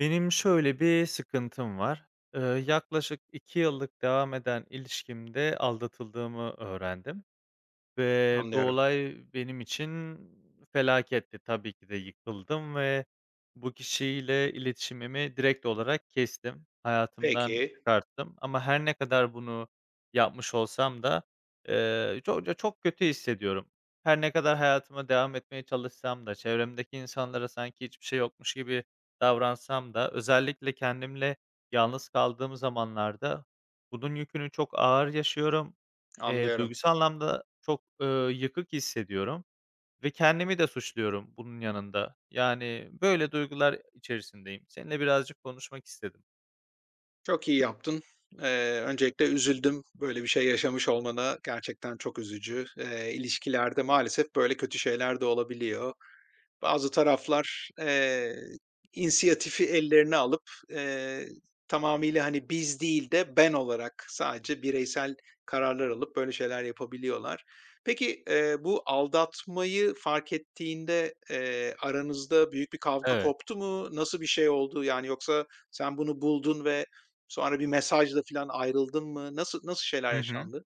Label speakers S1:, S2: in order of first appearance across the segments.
S1: Benim şöyle bir sıkıntım var. Yaklaşık 2 yıllık devam eden ilişkimde aldatıldığımı öğrendim. Ve bu
S2: Anlıyorum.
S1: olay benim için felaketti. Tabii ki de yıkıldım ve bu kişiyle iletişimimi direkt olarak kestim. Hayatımdan
S2: Peki,
S1: çıkarttım ama her ne kadar bunu yapmış olsam da, çok kötü hissediyorum. Her ne kadar hayatıma devam etmeye çalışsam da, çevremdeki insanlara sanki hiçbir şey yokmuş gibi davransam da, özellikle kendimle yalnız kaldığım zamanlarda bunun yükünü çok ağır yaşıyorum.
S2: anlıyorum.
S1: Duygusal anlamda çok, yıkık hissediyorum ve kendimi de suçluyorum bunun yanında. Yani, böyle duygular içerisindeyim. Seninle birazcık konuşmak istedim.
S2: Çok iyi yaptın. Öncelikle üzüldüm. Böyle bir şey yaşamış olmana gerçekten çok üzücü. İlişkilerde maalesef böyle kötü şeyler de olabiliyor. Bazı taraflar, inisiyatifi ellerine alıp, eee, tamamıyla, hani, biz değil de ben olarak sadece bireysel kararlar alıp böyle şeyler yapabiliyorlar. Peki, bu aldatmayı fark ettiğinde, aranızda büyük bir kavga
S1: Evet.
S2: koptu mu? Nasıl bir şey oldu? Yani yoksa sen bunu buldun ve sonra bir mesajla filan ayrıldın mı? Nasıl şeyler
S1: Hı hı.
S2: yaşandı?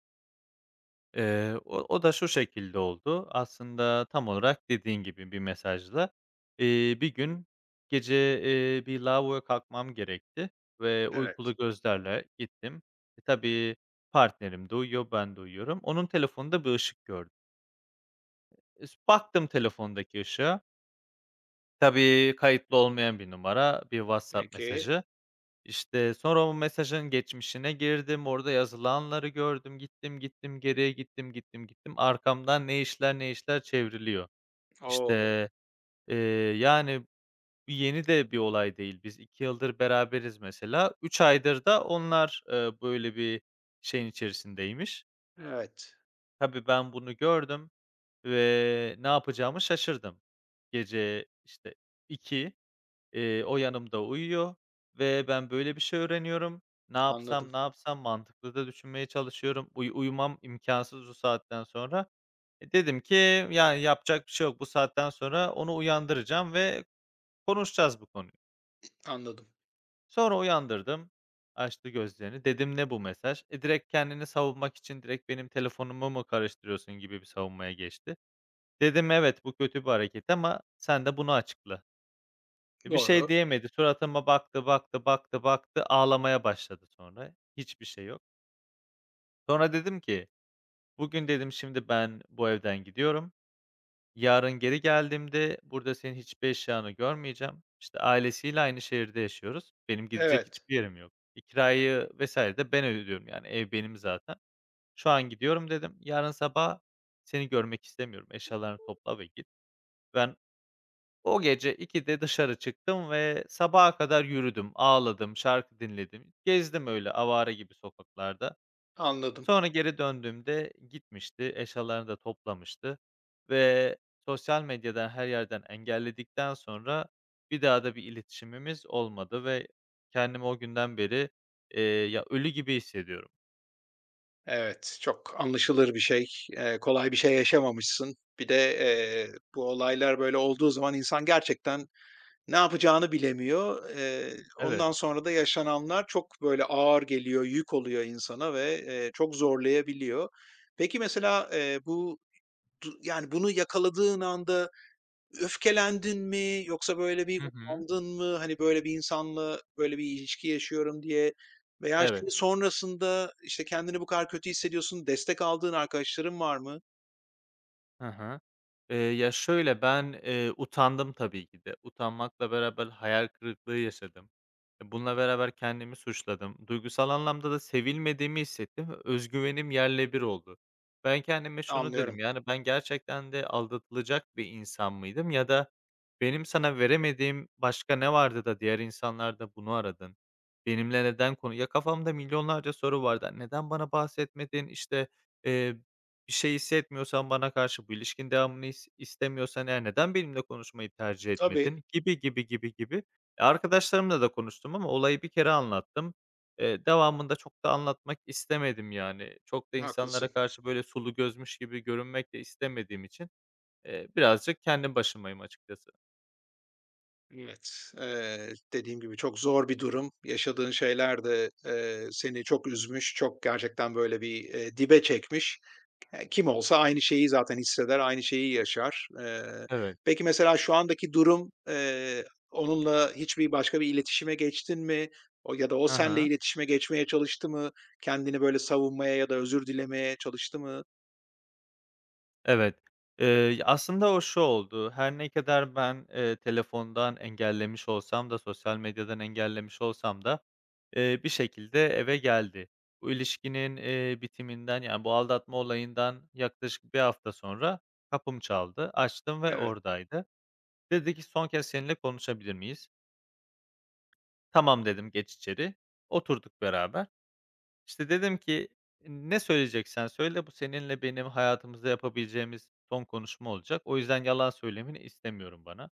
S1: O da şu şekilde oldu. Aslında tam olarak dediğin gibi bir mesajla. Bir gün gece, bir lavaboya kalkmam gerekti ve
S2: Evet.
S1: uykulu gözlerle gittim. E, tabii partnerim de uyuyor, ben de uyuyorum. Onun telefonunda bir ışık gördüm. Es baktım telefondaki ışığa. Tabii, kayıtlı olmayan bir numara, bir WhatsApp
S2: Peki.
S1: mesajı. İşte, sonra o mesajın geçmişine girdim, orada yazılanları gördüm, gittim, gittim, geriye gittim, gittim, gittim. Arkamdan ne işler, ne işler çevriliyor.
S2: Oo.
S1: İşte, eee, yani, bu yeni de bir olay değil. Biz 2 yıldır beraberiz mesela. 3 aydır da onlar, böyle bir şeyin içerisindeymiş.
S2: Evet.
S1: Tabii, ben bunu gördüm ve ne yapacağımı şaşırdım. Gece, işte, 2. O yanımda uyuyor ve ben böyle bir şey öğreniyorum. Ne
S2: Anladım,
S1: yapsam, ne yapsam mantıklı da düşünmeye çalışıyorum. Uyumam imkansız bu saatten sonra. E, dedim ki, yani, yapacak bir şey yok. Bu saatten sonra onu uyandıracağım ve konuşacağız bu konuyu.
S2: anladım.
S1: Sonra uyandırdım. Açtı gözlerini. Dedim, "Ne bu mesaj?" E, direkt kendini savunmak için direkt benim telefonumu mu karıştırıyorsun gibi bir savunmaya geçti. Dedim, "Evet, bu kötü bir hareket ama sen de bunu açıkla." E, bir şey
S2: Doğru.
S1: diyemedi. Suratıma baktı, baktı, baktı, baktı, ağlamaya başladı sonra. Hiçbir şey yok. Sonra dedim ki, "Bugün" dedim, "Şimdi ben bu evden gidiyorum. Yarın geri geldiğimde burada senin hiçbir eşyanı görmeyeceğim." İşte, ailesiyle aynı şehirde yaşıyoruz. Benim gidecek
S2: Evet.
S1: hiçbir yerim yok. E, kirayı vesaire de ben ödüyorum, yani, ev benim zaten. "Şu an gidiyorum." dedim. "Yarın sabah seni görmek istemiyorum. Eşyalarını topla ve git." Ben O gece 2'de dışarı çıktım ve sabaha kadar yürüdüm, ağladım, şarkı dinledim. Gezdim öyle avare gibi sokaklarda.
S2: Anladım.
S1: Sonra geri döndüğümde gitmişti, eşyalarını da toplamıştı ve sosyal medyadan, her yerden engelledikten sonra bir daha da bir iletişimimiz olmadı ve kendimi o günden beri, ya, ölü gibi hissediyorum.
S2: Evet, çok anlaşılır bir şey. Kolay bir şey yaşamamışsın. Bir de, bu olaylar böyle olduğu zaman insan gerçekten ne yapacağını bilemiyor. Eee,
S1: Evet.
S2: ondan sonra da yaşananlar çok böyle ağır geliyor, yük oluyor insana ve, çok zorlayabiliyor. Peki mesela, bu yani bunu yakaladığın anda öfkelendin mi, yoksa böyle bir
S1: Hı hı.
S2: utandın mı? Hani, böyle bir insanla böyle bir ilişki yaşıyorum diye, veya
S1: Evet.
S2: şimdi sonrasında, işte, kendini bu kadar kötü hissediyorsun, destek aldığın arkadaşların var mı?
S1: Hı hı. Ya, şöyle, ben, utandım tabii ki de. Utanmakla beraber hayal kırıklığı yaşadım. E, bununla beraber kendimi suçladım. Duygusal anlamda da sevilmediğimi hissettim ve öz yerle bir oldu. Ben kendime şunu dedim,
S2: Anlıyorum.
S1: yani, ben gerçekten de aldatılacak bir insan mıydım ya da benim sana veremediğim başka ne vardı da diğer insanlar da bunu aradın? Benimle neden konu Ya, kafamda milyonlarca soru vardı. Neden bana bahsetmedin? İşte, bir şey hissetmiyorsan bana karşı bu ilişkin devamını istemiyorsan eğer neden benimle konuşmayı tercih
S2: Tabii,
S1: etmedin? Gibi, gibi, gibi, gibi. E, arkadaşlarımla da konuştum ama olayı bir kere anlattım. Devamında çok da anlatmak istemedim yani. Çok da insanlara
S2: haklısın.
S1: karşı böyle sulu gözmüş gibi görünmek de istemediğim için, birazcık kendi başımayım açıkçası.
S2: Evet, dediğim gibi çok zor bir durum. Yaşadığın şeyler de, seni çok üzmüş, çok gerçekten böyle bir, dibe çekmiş. Kim olsa aynı şeyi zaten hisseder, aynı şeyi yaşar. Eee,
S1: Evet.
S2: peki mesela şu andaki durum, onunla hiçbir başka bir iletişime geçtin mi? O, ya da o senle
S1: Hı.
S2: iletişime geçmeye çalıştı mı? Kendini böyle savunmaya ya da özür dilemeye çalıştı mı?
S1: Evet. Aslında o şu oldu, her ne kadar ben, telefondan engellemiş olsam da sosyal medyadan engellemiş olsam da, bir şekilde eve geldi. Bu ilişkinin, bitiminden, yani, bu aldatma olayından yaklaşık bir hafta sonra kapım çaldı. Açtım ve
S2: Evet,
S1: oradaydı. Dedi ki, "Son kez seninle konuşabilir miyiz?" "Tamam." dedim, "Geç içeri." Oturduk beraber. İşte, dedim ki, "Ne söyleyeceksen söyle, bu seninle benim hayatımızda yapabileceğimiz son konuşma olacak. O yüzden yalan söylemeni istemiyorum bana."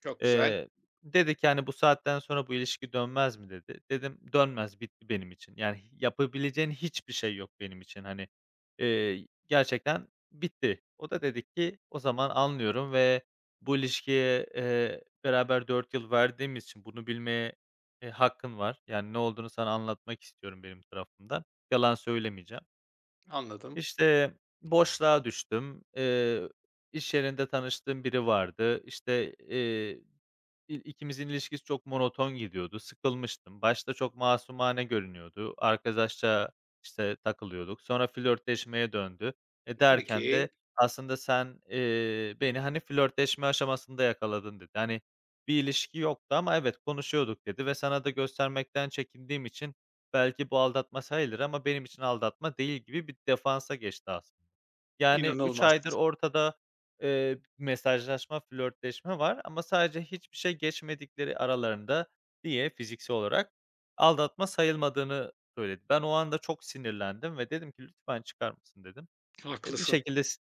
S2: çok güzel,
S1: Eee, Dedi ki, hani, "Bu saatten sonra bu ilişki dönmez mi?" dedi. Dedim, "Dönmez, bitti benim için." Yani yapabileceğin hiçbir şey yok benim için, hani, gerçekten bitti. O da dedi ki, "O zaman anlıyorum ve bu ilişkiye, beraber 4 yıl verdiğimiz için bunu bilmeye, hakkın var. Yani ne olduğunu sana anlatmak istiyorum benim tarafımdan. Yalan söylemeyeceğim."
S2: anladım.
S1: İşte, boşluğa düştüm. İş yerinde tanıştığım biri vardı. İşte, ikimizin ilişkisi çok monoton gidiyordu. Sıkılmıştım. Başta çok masumane görünüyordu. Arkadaşça, işte, takılıyorduk. Sonra flörtleşmeye döndü. E, derken de
S2: Peki,
S1: aslında sen, beni, hani, flörtleşme aşamasında yakaladın dedi. Hani, bir ilişki yoktu ama evet, konuşuyorduk dedi ve sana da göstermekten çekindiğim için belki bu aldatma sayılır ama benim için aldatma değil gibi bir defansa geçti aslında. Yani 3 aydır
S2: inanılmaz.
S1: ortada mesajlaşma, flörtleşme var ama sadece hiçbir şey geçmedikleri aralarında diye fiziksel olarak aldatma sayılmadığını söyledi. Ben o anda çok sinirlendim ve dedim ki, "Lütfen çıkar mısın?" dedim. E, bir
S2: Haklısın.
S1: şekilde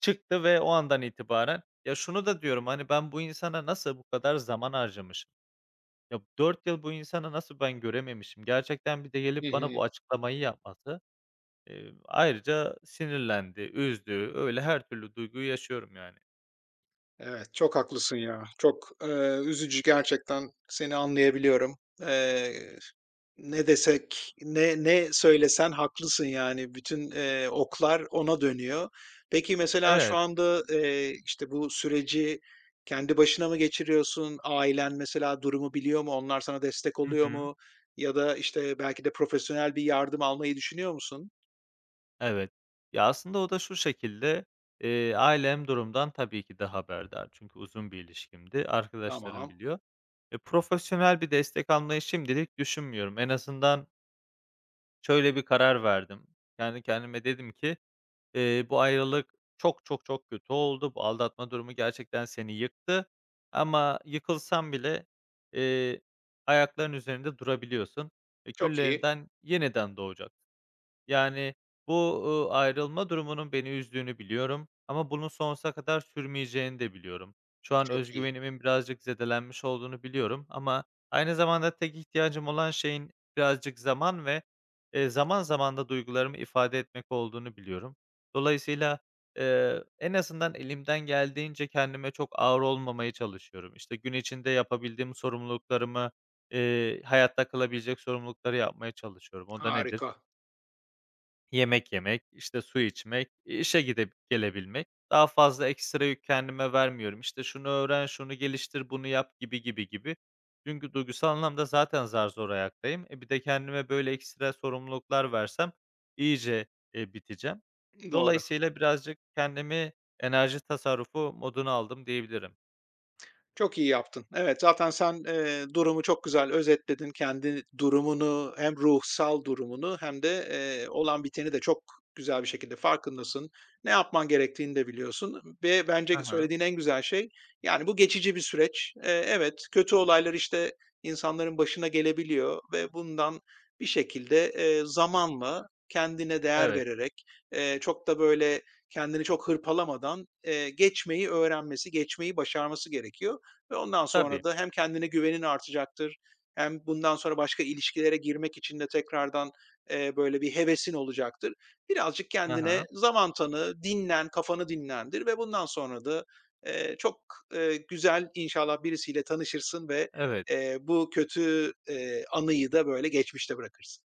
S1: çıktı ve o andan itibaren ya, şunu da diyorum, hani, ben bu insana nasıl bu kadar zaman harcamışım? Ya, 4 yıl bu insana nasıl ben görememişim? Gerçekten bir de
S2: Hı
S1: gelip bana bu
S2: hı.
S1: açıklamayı yapması, ayrıca sinirlendi, üzdü, öyle her türlü duyguyu yaşıyorum yani.
S2: Evet, çok haklısın ya. Çok, üzücü gerçekten. Seni anlayabiliyorum. Eee Ne desek, ne söylesen haklısın, yani bütün, oklar ona dönüyor. Peki mesela şu
S1: Evet.
S2: anda, işte, bu süreci kendi başına mı geçiriyorsun? Ailen mesela durumu biliyor mu? Onlar sana destek
S1: Hı
S2: oluyor
S1: hı.
S2: mu? Ya da, işte, belki de profesyonel bir yardım almayı düşünüyor musun?
S1: Evet. Ya, aslında o da şu şekilde, ailem durumdan tabii ki de haberdar çünkü uzun bir ilişkimdi. Arkadaşlarım
S2: Tamam,
S1: biliyor. E, profesyonel bir destek almayı şimdilik düşünmüyorum. En azından şöyle bir karar verdim. Kendi kendime dedim ki, "Bu ayrılık çok, çok, çok kötü oldu. Bu aldatma durumu gerçekten seni yıktı ama yıkılsan bile, eee, ayaklarının üzerinde durabiliyorsun. E,
S2: çok iyi,
S1: küllerinden yeniden doğacak." Yani, bu, ayrılma durumunun beni üzdüğünü biliyorum ama bunun sonsuza kadar sürmeyeceğini de biliyorum. Şu an
S2: çok
S1: öz
S2: iyi.
S1: güvenimin birazcık zedelenmiş olduğunu biliyorum ama aynı zamanda tek ihtiyacım olan şeyin birazcık zaman ve, zaman zaman da duygularımı ifade etmek olduğunu biliyorum. Dolayısıyla, en azından elimden geldiğince kendime çok ağır olmamaya çalışıyorum. İşte, gün içinde yapabildiğim sorumluluklarımı, hayatta kalabilecek sorumlulukları yapmaya çalışıyorum. O da nedir?
S2: Harika,
S1: Yemek yemek, işte, su içmek, işe gidip gelebilmek. Daha fazla ekstra yük kendime vermiyorum. İşte, şunu öğren, şunu geliştir, bunu yap gibi, gibi, gibi. Çünkü duygusal anlamda zaten zar zor ayaktayım. E, bir de kendime böyle ekstra sorumluluklar versem iyice, biteceğim.
S2: doğru.
S1: Dolayısıyla birazcık kendimi enerji tasarrufu moduna aldım diyebilirim.
S2: Çok iyi yaptın. Evet, zaten sen, durumu çok güzel özetledin. Kendi durumunu, hem ruhsal durumunu hem de, olan biteni de çok güzel bir şekilde farkındasın. Ne yapman gerektiğini de biliyorsun ve bence
S1: Aha.
S2: söylediğin en güzel şey, yani, bu geçici bir süreç. Evet, kötü olaylar, işte, insanların başına gelebiliyor ve bundan bir şekilde, zamanla kendine değer
S1: Evet.
S2: vererek, çok da, böyle, kendini çok hırpalamadan, geçmeyi öğrenmesi, geçmeyi başarması gerekiyor. Ve ondan
S1: Tabii.
S2: sonra da hem kendine güvenin artacaktır, hem bundan sonra başka ilişkilere girmek için de tekrardan, böyle bir hevesin olacaktır. Birazcık kendine
S1: Aha.
S2: zaman tanı, dinlen, kafanı dinlendir ve bundan sonra da, çok, güzel inşallah birisiyle tanışırsın ve,
S1: Evet.
S2: bu kötü, anıyı da böyle geçmişte bırakırsın.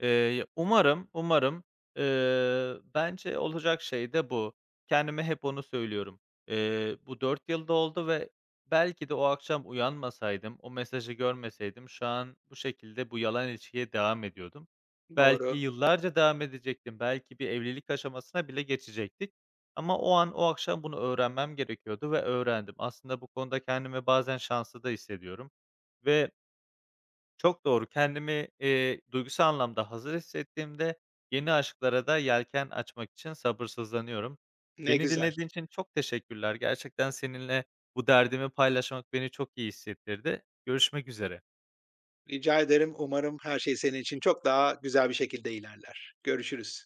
S1: Umarım, umarım. Bence olacak şey de bu. Kendime hep onu söylüyorum. Bu 4 yılda oldu ve belki de o akşam uyanmasaydım, o mesajı görmeseydim şu an bu şekilde bu yalan ilişkiye devam ediyordum. Belki
S2: Doğru.
S1: yıllarca devam edecektim. Belki bir evlilik aşamasına bile geçecektik. Ama o an, o akşam bunu öğrenmem gerekiyordu ve öğrendim. Aslında bu konuda kendimi bazen şanslı da hissediyorum ve çok doğru. Kendimi, duygusal anlamda hazır hissettiğimde yeni aşklara da yelken açmak için sabırsızlanıyorum.
S2: Ne
S1: Beni
S2: güzel.
S1: dinlediğin için çok teşekkürler. Gerçekten seninle bu derdimi paylaşmak beni çok iyi hissettirdi. Görüşmek üzere.
S2: Rica ederim. Umarım her şey senin için çok daha güzel bir şekilde ilerler. Görüşürüz.